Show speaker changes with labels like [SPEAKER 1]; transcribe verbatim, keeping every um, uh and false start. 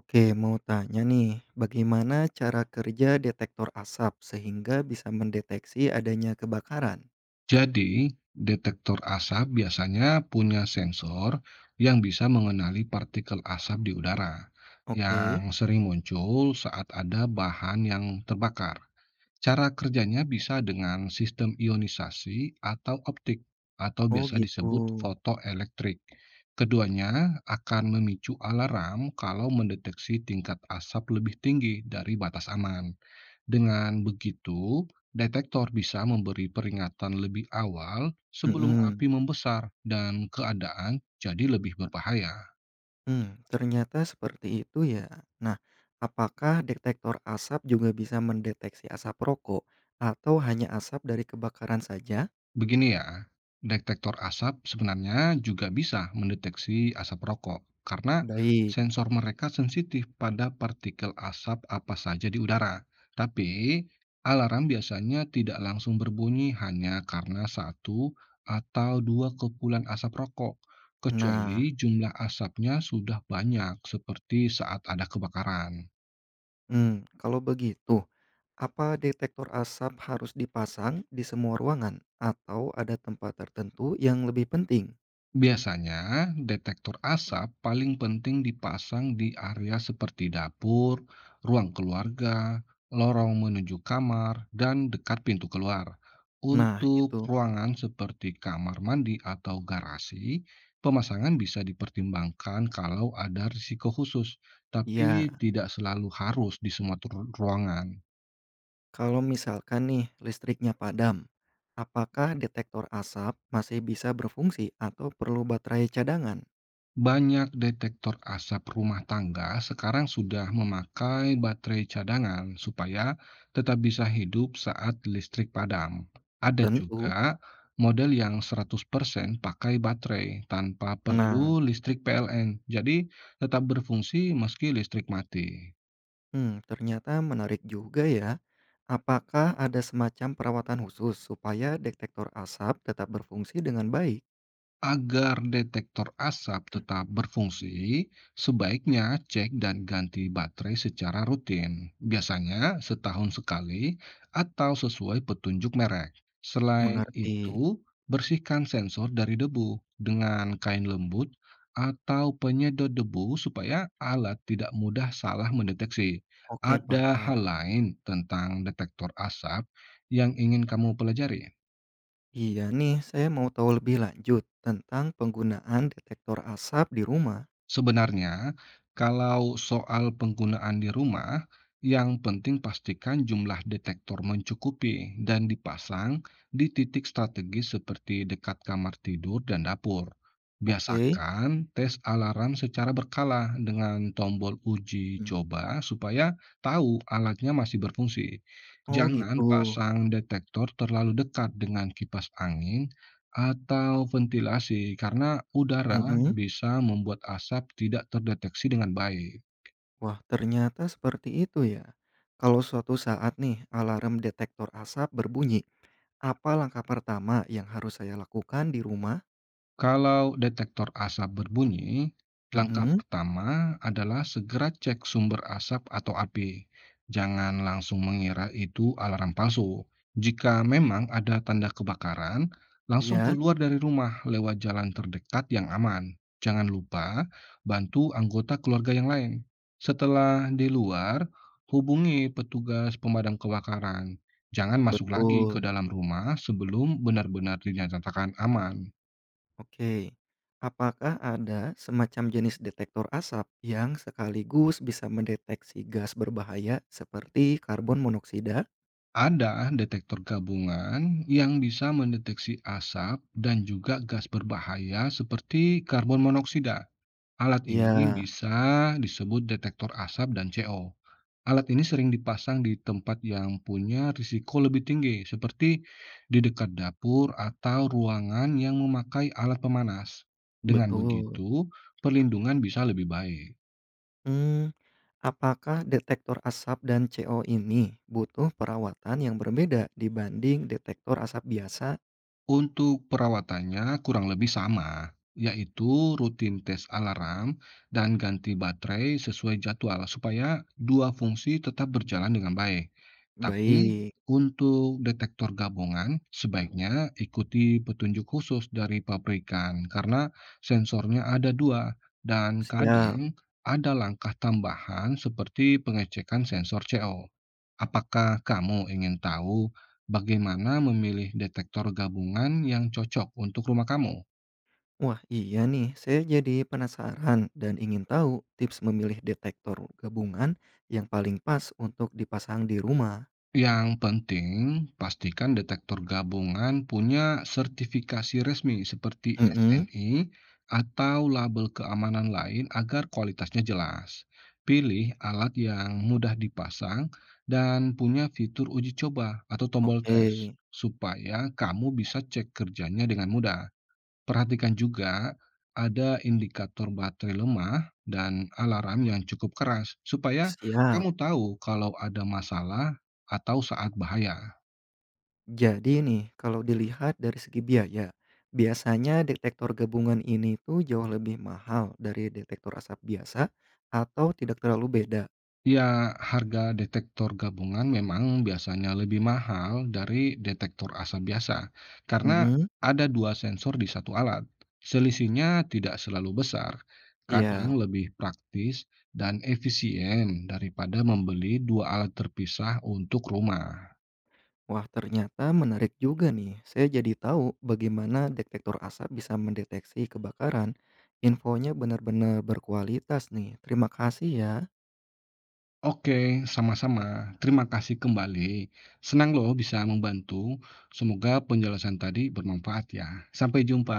[SPEAKER 1] Oke, mau tanya nih, bagaimana cara kerja detektor asap sehingga bisa mendeteksi adanya kebakaran?
[SPEAKER 2] Jadi, detektor asap biasanya punya sensor yang bisa mengenali partikel asap di udara
[SPEAKER 1] Oke,
[SPEAKER 2] yang sering muncul saat ada bahan yang terbakar. Cara kerjanya bisa dengan sistem ionisasi atau optik atau
[SPEAKER 1] oh
[SPEAKER 2] biasa
[SPEAKER 1] gitu.
[SPEAKER 2] disebut fotoelektrik. Keduanya akan memicu alarm kalau mendeteksi tingkat asap lebih tinggi dari batas aman. Dengan begitu, detektor bisa memberi peringatan lebih awal sebelum
[SPEAKER 1] Mm-mm.
[SPEAKER 2] api membesar dan keadaan jadi lebih berbahaya.
[SPEAKER 1] Hmm, ternyata seperti itu ya. Nah, apakah detektor asap juga bisa mendeteksi asap rokok atau hanya asap dari kebakaran saja?
[SPEAKER 2] Begini ya, detektor asap sebenarnya juga bisa mendeteksi asap rokok karena
[SPEAKER 1] Baik.
[SPEAKER 2] sensor mereka sensitif pada partikel asap apa saja di udara. Tapi alarm biasanya tidak langsung berbunyi hanya karena satu atau dua kepulan asap rokok, kecuali
[SPEAKER 1] Nah,
[SPEAKER 2] jumlah asapnya sudah banyak seperti saat ada kebakaran.
[SPEAKER 1] hmm, kalau begitu, apa detektor asap harus dipasang di semua ruangan atau ada tempat tertentu yang lebih penting?
[SPEAKER 2] Biasanya, detektor asap paling penting dipasang di area seperti dapur, ruang keluarga, lorong menuju kamar, dan dekat pintu keluar.
[SPEAKER 1] Nah
[SPEAKER 2] Untuk
[SPEAKER 1] itu,
[SPEAKER 2] ruangan seperti kamar mandi atau garasi, pemasangan bisa dipertimbangkan kalau ada risiko khusus, tapi
[SPEAKER 1] iya.
[SPEAKER 2] tidak selalu harus di semua tur- ruangan.
[SPEAKER 1] Kalau misalkan nih listriknya padam, apakah detektor asap masih bisa berfungsi atau perlu baterai cadangan?
[SPEAKER 2] Banyak detektor asap rumah tangga sekarang sudah memakai baterai cadangan supaya tetap bisa hidup saat listrik padam. Ada
[SPEAKER 1] Tentu.
[SPEAKER 2] juga model yang seratus persen pakai baterai tanpa perlu
[SPEAKER 1] Nah,
[SPEAKER 2] listrik P L N, jadi tetap berfungsi meski listrik mati.
[SPEAKER 1] hmm, ternyata menarik juga ya. Apakah ada semacam perawatan khusus supaya detektor asap tetap berfungsi dengan baik?
[SPEAKER 2] Agar detektor asap tetap berfungsi, sebaiknya cek dan ganti baterai secara rutin, biasanya setahun sekali atau sesuai petunjuk merek. Selain Mhm. itu,
[SPEAKER 1] Mengerti.
[SPEAKER 2] bersihkan sensor dari debu dengan kain lembut atau penyedot debu supaya alat tidak mudah salah mendeteksi.
[SPEAKER 1] Oke,
[SPEAKER 2] Ada
[SPEAKER 1] paham.
[SPEAKER 2] hal lain tentang detektor asap yang ingin kamu pelajari?
[SPEAKER 1] Iya nih, saya mau tahu lebih lanjut tentang penggunaan detektor asap di rumah.
[SPEAKER 2] Sebenarnya, kalau soal penggunaan di rumah, yang penting pastikan jumlah detektor mencukupi dan dipasang di titik strategis seperti dekat kamar tidur dan dapur.
[SPEAKER 1] Oke.
[SPEAKER 2] Biasakan tes alarm secara berkala dengan tombol uji
[SPEAKER 1] Mhm.
[SPEAKER 2] coba supaya tahu alatnya masih berfungsi.
[SPEAKER 1] Oh
[SPEAKER 2] Jangan
[SPEAKER 1] gitu.
[SPEAKER 2] pasang detektor terlalu dekat dengan kipas angin atau ventilasi, karena udara
[SPEAKER 1] Mhm.
[SPEAKER 2] bisa membuat asap tidak terdeteksi dengan baik.
[SPEAKER 1] Wah, ternyata seperti itu ya. Kalau suatu saat nih alarm detektor asap berbunyi, apa langkah pertama yang harus saya lakukan di rumah?
[SPEAKER 2] Kalau detektor asap berbunyi, langkah
[SPEAKER 1] Mhm,
[SPEAKER 2] pertama adalah segera cek sumber asap atau api. Jangan langsung mengira itu alarm palsu. Jika memang ada tanda kebakaran, langsung
[SPEAKER 1] iya,
[SPEAKER 2] keluar dari rumah lewat jalan terdekat yang aman. Jangan lupa bantu anggota keluarga yang lain. Setelah di luar, hubungi petugas pemadam kebakaran. Jangan masuk lagi ke
[SPEAKER 1] betul.
[SPEAKER 2] dalam rumah sebelum benar-benar dinyatakan aman.
[SPEAKER 1] Oke. Apakah ada semacam jenis detektor asap yang sekaligus bisa mendeteksi gas berbahaya seperti karbon monoksida?
[SPEAKER 2] Ada detektor gabungan yang bisa mendeteksi asap dan juga gas berbahaya seperti karbon monoksida. Alat ini
[SPEAKER 1] Iya,
[SPEAKER 2] bisa disebut detektor asap dan C O. Alat ini sering dipasang di tempat yang punya risiko lebih tinggi, seperti di dekat dapur atau ruangan yang memakai alat pemanas. Dengan
[SPEAKER 1] betul.
[SPEAKER 2] begitu, perlindungan bisa lebih baik.
[SPEAKER 1] Hmm, apakah detektor asap dan C O ini butuh perawatan yang berbeda dibanding detektor asap biasa?
[SPEAKER 2] Untuk perawatannya kurang lebih sama, yaitu rutin tes alarm dan ganti baterai sesuai jadwal supaya dua fungsi tetap berjalan dengan baik. Tapi
[SPEAKER 1] Baik,
[SPEAKER 2] untuk detektor gabungan sebaiknya ikuti petunjuk khusus dari pabrikan karena sensornya ada dua dan
[SPEAKER 1] siap.
[SPEAKER 2] kadang ada langkah tambahan seperti pengecekan sensor C O. Apakah kamu ingin tahu bagaimana memilih detektor gabungan yang cocok untuk rumah kamu?
[SPEAKER 1] Wah, iya nih, saya jadi penasaran dan ingin tahu tips memilih detektor gabungan yang paling pas untuk dipasang di rumah.
[SPEAKER 2] Yang penting, pastikan detektor gabungan punya sertifikasi resmi seperti
[SPEAKER 1] Mhm,
[SPEAKER 2] S N I atau label keamanan lain agar kualitasnya jelas. Pilih alat yang mudah dipasang dan punya fitur uji coba atau tombol
[SPEAKER 1] oke,
[SPEAKER 2] tes, supaya kamu bisa cek kerjanya dengan mudah. Perhatikan juga ada indikator baterai lemah dan alarm yang cukup keras supaya
[SPEAKER 1] siap.
[SPEAKER 2] kamu tahu kalau ada masalah atau saat bahaya.
[SPEAKER 1] Jadi nih, kalau dilihat dari segi biaya, biasanya detektor gabungan ini tuh jauh lebih mahal dari detektor asap biasa atau tidak terlalu beda?
[SPEAKER 2] Ya, harga detektor gabungan memang biasanya lebih mahal dari detektor asap biasa karena
[SPEAKER 1] Mhm.
[SPEAKER 2] ada dua sensor di satu alat. Selisihnya tidak selalu besar, kadang
[SPEAKER 1] Iya,
[SPEAKER 2] lebih praktis dan efisien daripada membeli dua alat terpisah untuk rumah.
[SPEAKER 1] wah ternyata menarik juga nih. Saya jadi tahu bagaimana detektor asap bisa mendeteksi kebakaran. Infonya benar-benar berkualitas nih. Terima kasih ya.
[SPEAKER 2] Oke, sama-sama. Terima kasih kembali. Senang loh bisa membantu. Semoga penjelasan tadi bermanfaat ya. Sampai jumpa.